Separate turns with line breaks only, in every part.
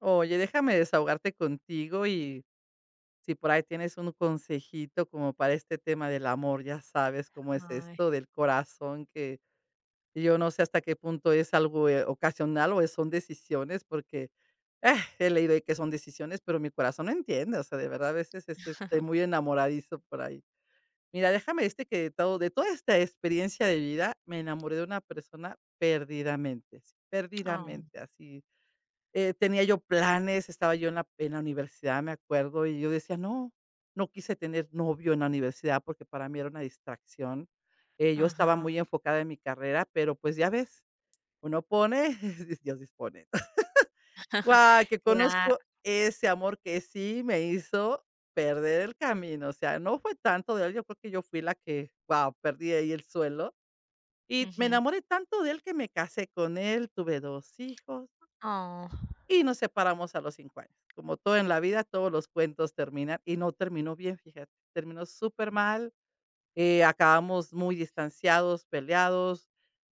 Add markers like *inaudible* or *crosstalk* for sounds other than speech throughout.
Oye, déjame desahogarte contigo y si por ahí tienes un consejito como para este tema del amor, ya sabes cómo es
Ay.
esto del corazón, que yo no sé hasta qué punto es algo ocasional o son decisiones, porque eh, he leído ahí que son decisiones, pero mi corazón no entiende, o sea, de verdad a veces estoy muy
*laughs*
enamoradizo por ahí. Mira, déjame de toda esta experiencia de vida me enamoré de una persona perdidamente, sí,
Oh,
perdidamente, así tenía yo planes, estaba yo en la universidad, me acuerdo, y yo decía: "No", no quise tener novio en la universidad porque para mí era una distracción. Yo estaba
ajá.
muy enfocada en mi carrera, pero, pues, ya ves, uno pone, *laughs* Dios dispone.
*laughs*
Guau, que
Claro.
conozco ese amor que sí me hizo perder el camino, o sea, no fue tanto de él, yo creo que yo fui la que, guau, perdí ahí el suelo, y me
Ujú.
enamoré tanto de él que me casé con él, tuve 2 hijos.
Oh,
Y nos separamos a los 5 años. Como todo en la vida, todos los cuentos terminan y no terminó bien, fíjate. Terminó supermal, acabamos muy distanciados, peleados.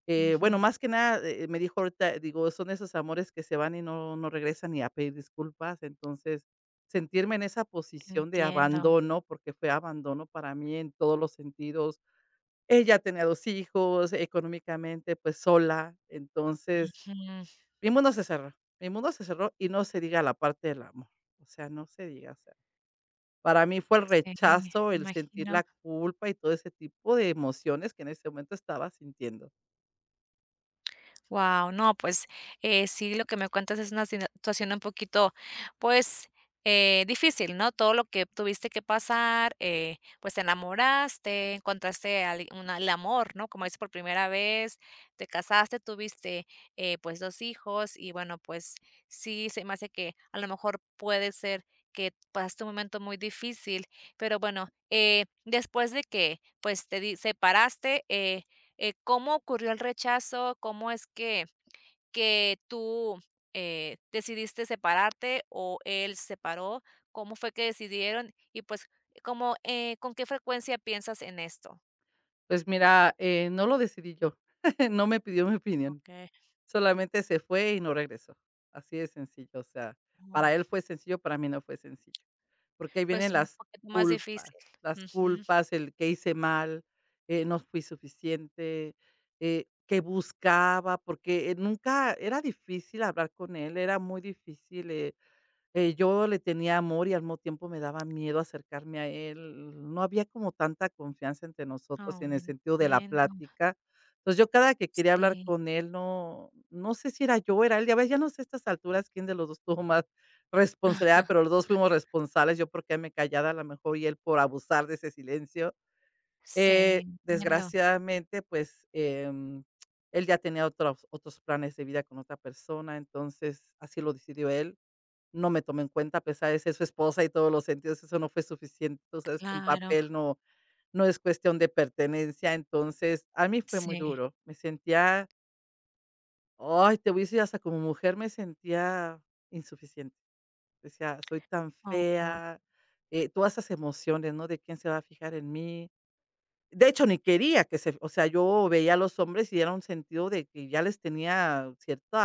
Bueno,
ujú,
más que nada, me dijo ahorita, digo, son esos amores que se van y no regresan ni a pedir disculpas. Entonces, sentirme en esa posición de
entiendo.
abandono, porque fue abandono para mí en todos los sentidos. Ella tenía 2 hijos, económicamente, pues, sola. Entonces,
Ujú.
mi mundo se cerró, mi mundo se cerró y no se diga la parte del amor, o sea, no se diga, o sea, para mí fue el
Sí,
rechazo, el sentir
imagino.
la culpa y todo ese tipo de emociones que en ese momento estaba sintiendo.
Wow, no, pues, sí, lo que me cuentas es una sina situación un poquito, pues, difícil, ¿no? Todo lo que tuviste que pasar, pues, te enamoraste, encontraste al un el amor, ¿no? Como dices, por primera vez, te casaste, tuviste, pues, 2 hijos y, bueno, pues, sí se me hace que a lo mejor puede ser que pasaste un momento muy difícil, pero bueno, después de que, pues, te di separaste, ¿cómo ocurrió el rechazo? ¿Cómo es que tú decidiste separarte o él se separó? ¿Cómo fue que decidieron? Y pues, como, ¿con qué frecuencia piensas en esto?
Pues mira, no lo decidí yo, *laughs* no me pidió mi opinión.
Ok.
Solamente se fue y no regresó. Así de sencillo, o sea, para
Oh,
él fue sencillo, para mí no fue sencillo. Porque ahí vienen
pues un poquito más
culpas,
difícil.
las
Ujú.
culpas, el que hice mal, no fui suficiente, qué buscaba, porque, nunca era difícil hablar con él, era muy difícil, yo le tenía amor y al mismo tiempo me daba miedo acercarme a él. No había como tanta confianza entre nosotros
Oh,
en el sentido de la
entiendo.
plática. Entonces, yo cada que quería hablar
Sí.
con él, no sé si era yo o era él, ya ves, ya no sé a estas alturas quién de los 2 tuvo más responsabilidad,
*laughs*
pero los 2 fuimos responsables, yo por quedarme callada a lo mejor y él por abusar de ese silencio.
Sí, entiendo,
Desgraciadamente, pues, él ya tenía otros planes de vida con otra persona, entonces así lo decidió él. No me tomó en cuenta, a pesar de ser su esposa y todos los sentidos, eso no fue suficiente. Tú sabes que un
claro.
papel no es cuestión de pertenencia. Entonces, a mí fue muy
Sí.
duro. Me sentía, ay, te voy a decir, hasta como mujer me sentía insuficiente. Decía, soy tan
Oh,
fea, todas esas emociones, ¿no? De quién se va a fijar en mí. De hecho, ni quería que se, o sea, yo veía a los hombres y era un sentido de que ya les tenía cierto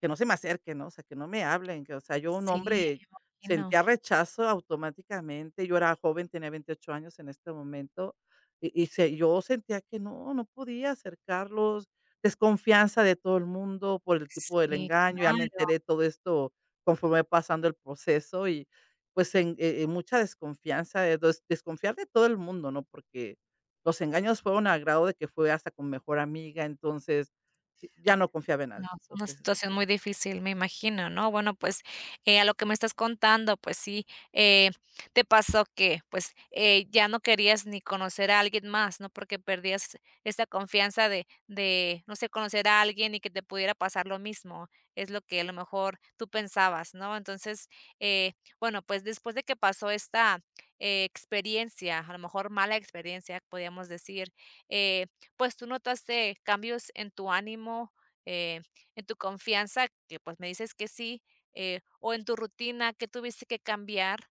que no se me acerquen, ¿no? O sea, que no me hablen, que, o sea, yo un
sí,
hombre
imagino.
sentía rechazo automáticamente. Yo era joven, tenía 28 años en este momento, y se yo sentía que no, no podía acercarlos, desconfianza de todo el mundo por el tipo del
Sí,
engaño. Ya
claro.
me enteré de todo esto conforme pasando el proceso y, pues, en mucha desconfianza, desconfiar de todo el mundo, ¿no? Porque los engaños fueron a grado de que fue hasta con mejor amiga, entonces, y ya no confiaba en
No,
nadie.
es una
Entonces
situación muy difícil, me imagino, ¿no? Bueno, pues, a lo que me estás contando, pues sí, te pasó que, pues, ya no querías ni conocer a alguien más, ¿no? Porque perdías esta confianza de, no sé, conocer a alguien y que te pudiera pasar lo mismo. Es lo que a lo mejor tú pensabas, ¿no? Entonces, eh, bueno, pues, después de que pasó esta, experiencia, a lo mejor mala experiencia, podríamos decir, eh, pues, ¿tú notaste cambios en tu ánimo? Eh ¿En tu confianza, que pues me dices que sí, o en tu rutina, que tuviste que cambiar?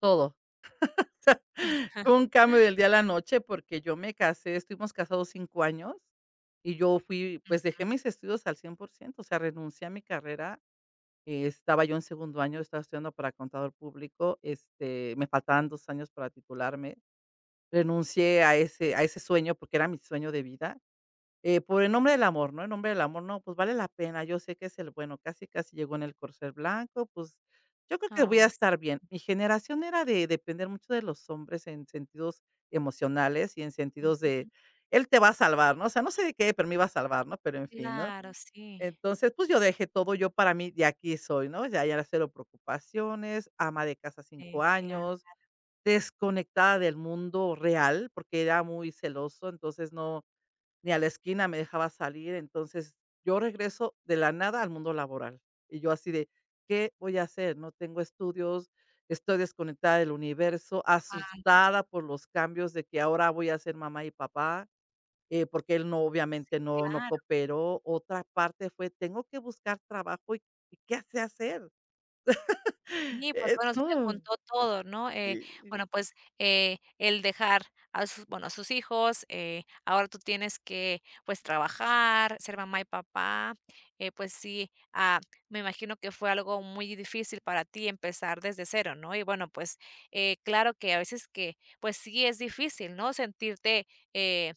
todo. *laughs*
Mm,
Fue un cambio del día a la noche, porque yo me casé, estuvimos casados 5 años, y yo fui pues, dejé mis estudios al 100 por ciento o sea, renuncié a mi carrera, estaba yo en 2.º año, estaba estudiando para contador público, este, me faltaban 2 años para titularme. Renuncié a ese sueño, porque era mi sueño de vida. Por el nombre del amor, ¿no? En nombre del amor, no, pues vale la pena, yo sé que es el bueno, casi, casi llegó en el corcel blanco, pues yo creo que voy
oh,
a
s
estar bien. Mi generación era de depender mucho de los hombres en sentidos emocionales y en sentidos de
ujú.
él te va a salvar, ¿no? O sea, no sé de qué, pero me iba a salvar, ¿no? Pero en fin, ¿no?
Claro, sí.
Entonces, pues yo dejé todo yo para mí, de aquí soy, ¿no? Ya, ya cero preocupaciones, ama de casa cinco
Sí, claro.
años, desconectada del mundo real, porque era muy celoso, entonces no, ni a la esquina me dejaba salir. Entonces, yo regreso de la nada al mundo laboral. Y yo así de, ¿qué voy a hacer? No tengo estudios, estoy desconectada del universo,
Algo,
asustada por los cambios de que ahora voy a ser mamá y papá, porque él no, obviamente, no
claro.
cooperó. Otra parte fue, tengo que buscar trabajo y qué sé hacer. *gasps* *laughs*
Sí, pues bueno, se te
No,
juntó todo, ¿no?
y
Bueno, pues el dejar a sus, bueno, a sus hijos, ahora tú tienes que pues trabajar, ser mamá y papá, pues sí, me imagino que fue algo muy difícil para ti empezar desde cero, ¿no? Y bueno, pues claro que a veces que pues sí es difícil, ¿no? Eh,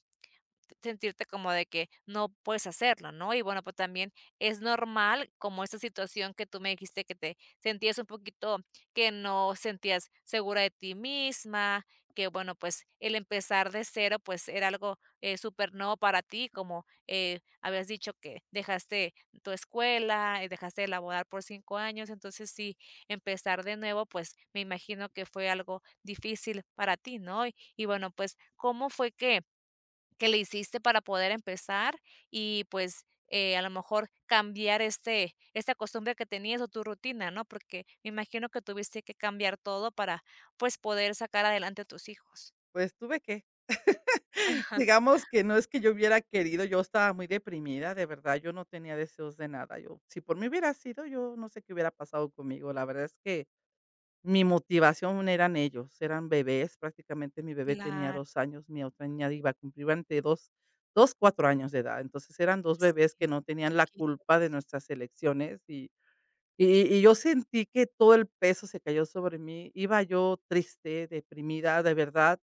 sentirte como de que no puedes hacerlo, ¿no? Y bueno, pues también es normal como esta situación que tú me dijiste que te sentías un poquito que no sentías segura de ti misma, que bueno, pues el empezar de cero pues era algo súper nuevo para ti, como habías dicho que dejaste tu escuela, dejaste de laborar por 5 años, entonces sí, empezar de nuevo pues me imagino que fue algo difícil para ti, ¿no? Y bueno, pues, ¿cómo fue que le hiciste para poder empezar y pues, a lo mejor cambiar esta costumbre que tenías o tu rutina, ¿no? Porque me imagino que tuviste que cambiar todo para, pues, poder sacar adelante a tus hijos.
pues tuve que
Ajá,
digamos que no es que yo hubiera querido, yo estaba muy deprimida, de verdad, yo no tenía deseos de nada. Yo, si por mí hubiera sido, yo no sé qué hubiera pasado conmigo. La verdad es que mi motivación eran ellos, eran bebés, prácticamente mi bebé tenía
claro,
2 años, mi otra niña iba a cumplir ante dos, dos, 4 años de edad. Entonces eran dos
sí,
bebés que no tenían la
superchiquita.
culpa de nuestras elecciones y, y yo sentí que todo el peso se cayó sobre mí. Iba yo triste, deprimida, de verdad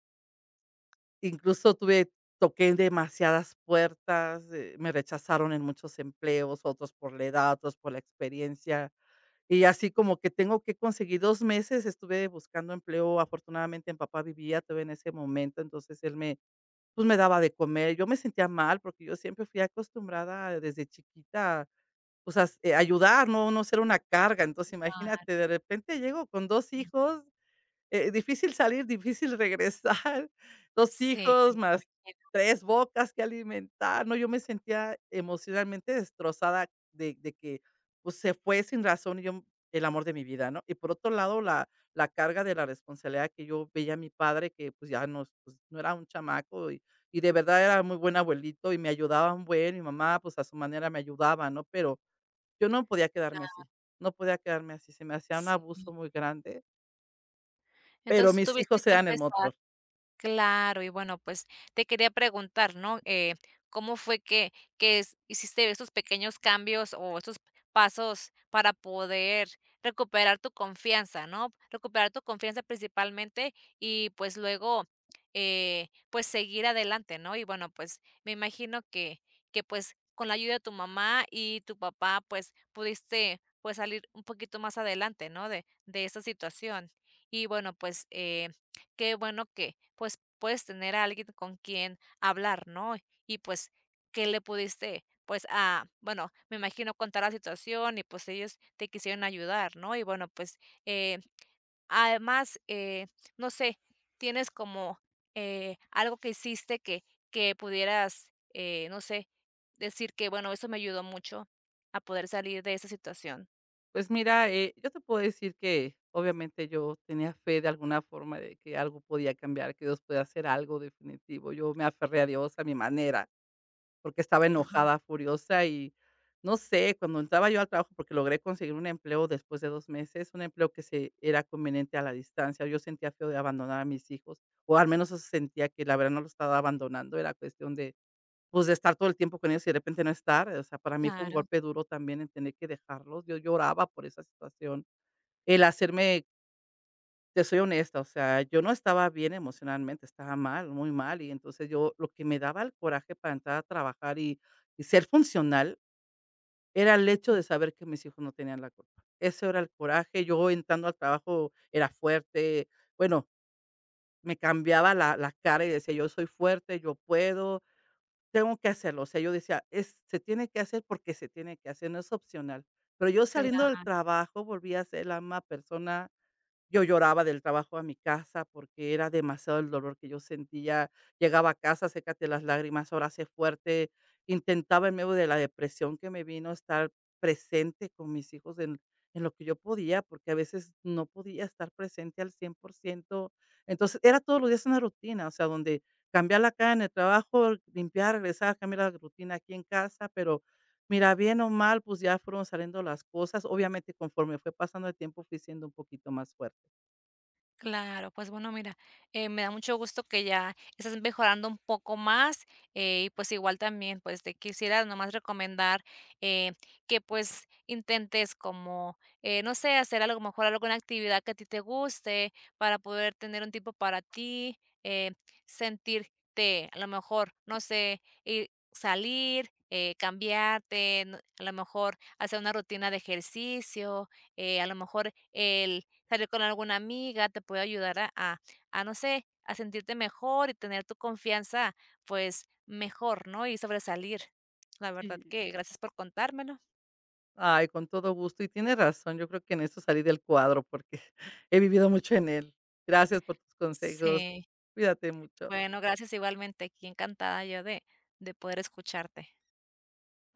incluso tuve toqué en demasiadas puertas, me rechazaron en muchos empleos, otros por la edad, otros por la experiencia, y así como que tengo que conseguir 2 meses, estuve buscando empleo, afortunadamente mi papá vivía todavía en ese momento, entonces él me, pues, me daba de comer, yo me sentía mal porque yo siempre fui acostumbrada desde chiquita, pues, as ayudar, no ser una carga, entonces imagínate, de repente llego con dos
Mm.
hijos difícil salir, difícil regresar, *laughs* dos
Sí, me
hijos, más
imagino,
3 bocas que alimentar. No, yo me sentía emocionalmente destrozada de que, pues, se fue sin razón y yo el amor de mi vida, ¿no? Y por otro lado, la carga de la responsabilidad que yo veía a mi padre, que, pues, ya no pues, no era un chamaco y de verdad era muy buen abuelito y me ayudaba un buen. Mi mamá, pues, a su manera me ayudaba, ¿no? Pero yo no podía quedarme así,
claro,
no podía quedarme así, se me hacía un
sí.
abuso muy grande. Pero
Entonces, tú
mis
tuviste
hijos
que
eran el
empezar.
motor.
Claro, y bueno, pues te quería preguntar, ¿no? ¿Cómo fue que hiciste esos pequeños cambios o esos pasos para poder recuperar tu confianza, ¿no? Recuperar tu confianza principalmente y pues luego, pues seguir adelante, ¿no? Y bueno, pues me imagino que pues con la ayuda de tu mamá y tu papá, pues pudiste pues salir un poquito más adelante, ¿no? De esa situación. Y bueno, pues... qué bueno que, pues, puedes tener a alguien con quien hablar, ¿no? Y pues, que le pudiste, pues, a bueno, me imagino contar la situación y pues ellos te quisieron ayudar, ¿no? Y bueno, pues, eh, además, no sé, tienes como algo que hiciste que pudieras, no sé, decir que, bueno, eso me ayudó mucho a poder salir de esa situación.
Pues mira, yo te puedo decir que, obviamente, yo tenía fe de alguna forma de que algo podía cambiar, que Dios podía hacer algo definitivo. Yo me aferré a Dios a mi manera, porque estaba
Ajá,
enojada, furiosa y no sé, cuando entraba yo al trabajo, porque logré conseguir un empleo después de 2 meses, un empleo que se era conveniente a la distancia. Yo sentía feo de abandonar a mis hijos, o al menos eso sentía que la verdad no lo estaba abandonando, era cuestión de pues, de estar todo el tiempo con ellos y de repente no estar, o sea, para mí fue un
claro.
golpe duro también en tener que dejarlos. Yo lloraba por esa situación. El hacerme te soy honesta, o sea, yo no estaba bien emocionalmente, estaba mal, muy mal, y entonces yo lo que me daba el coraje para entrar a trabajar y ser funcional era el hecho de saber que mis hijos no tenían la culpa. Eso era el coraje. Yo entrando al trabajo era fuerte, bueno, me cambiaba la cara y decía: "Yo soy fuerte, yo puedo". Tengo que hacerlo, o sea, yo decía: "Es se tiene que hacer porque se tiene que hacer, no es opcional". Pero yo saliendo del trabajo volví a ser la misma persona yo lloraba del trabajo a mi casa porque era demasiado el dolor que yo sentía. Llegaba a casa, sécate las lágrimas, ahora sé fuerte. Intentaba en medio de la depresión que me vino estar presente con mis hijos en lo que yo podía, porque a veces no podía estar presente al 100 por ciento. Entonces era todos los días una rutina, o sea, donde cambiarla acá en el trabajo, limpiar, regresar, cambiar la rutina aquí en casa, pero mira, bien o mal, pues ya fueron saliendo las cosas. Obviamente conforme fue pasando el tiempo fui siendo un poquito más fuerte.
Claro, pues bueno, mira, me da mucho gusto que ya estás mejorando un poco más, y pues igual también, pues te quisiera nomás recomendar eh, que pues intentes como, no sé, hacer a lo mejor alguna actividad que a ti te guste para poder tener un tiempo para ti, eh, sentirte a lo mejor, no sé, salir, cambiarte, a lo mejor hacer una rutina de ejercicio, a lo mejor el salir con alguna amiga te puede ayudar a, no sé, a sentirte mejor y tener tu confianza, pues, mejor, ¿no? Y sobresalir. La verdad
Sí.
que gracias por contármelo.
Ay, con todo gusto, y tiene razón, yo creo que en eso salí del cuadro porque *laughs* he vivido mucho en él. Gracias por tus consejos.
Sí.
Cuídate mucho.
Bueno, gracias igualmente. Aquí encantada yo de poder escucharte.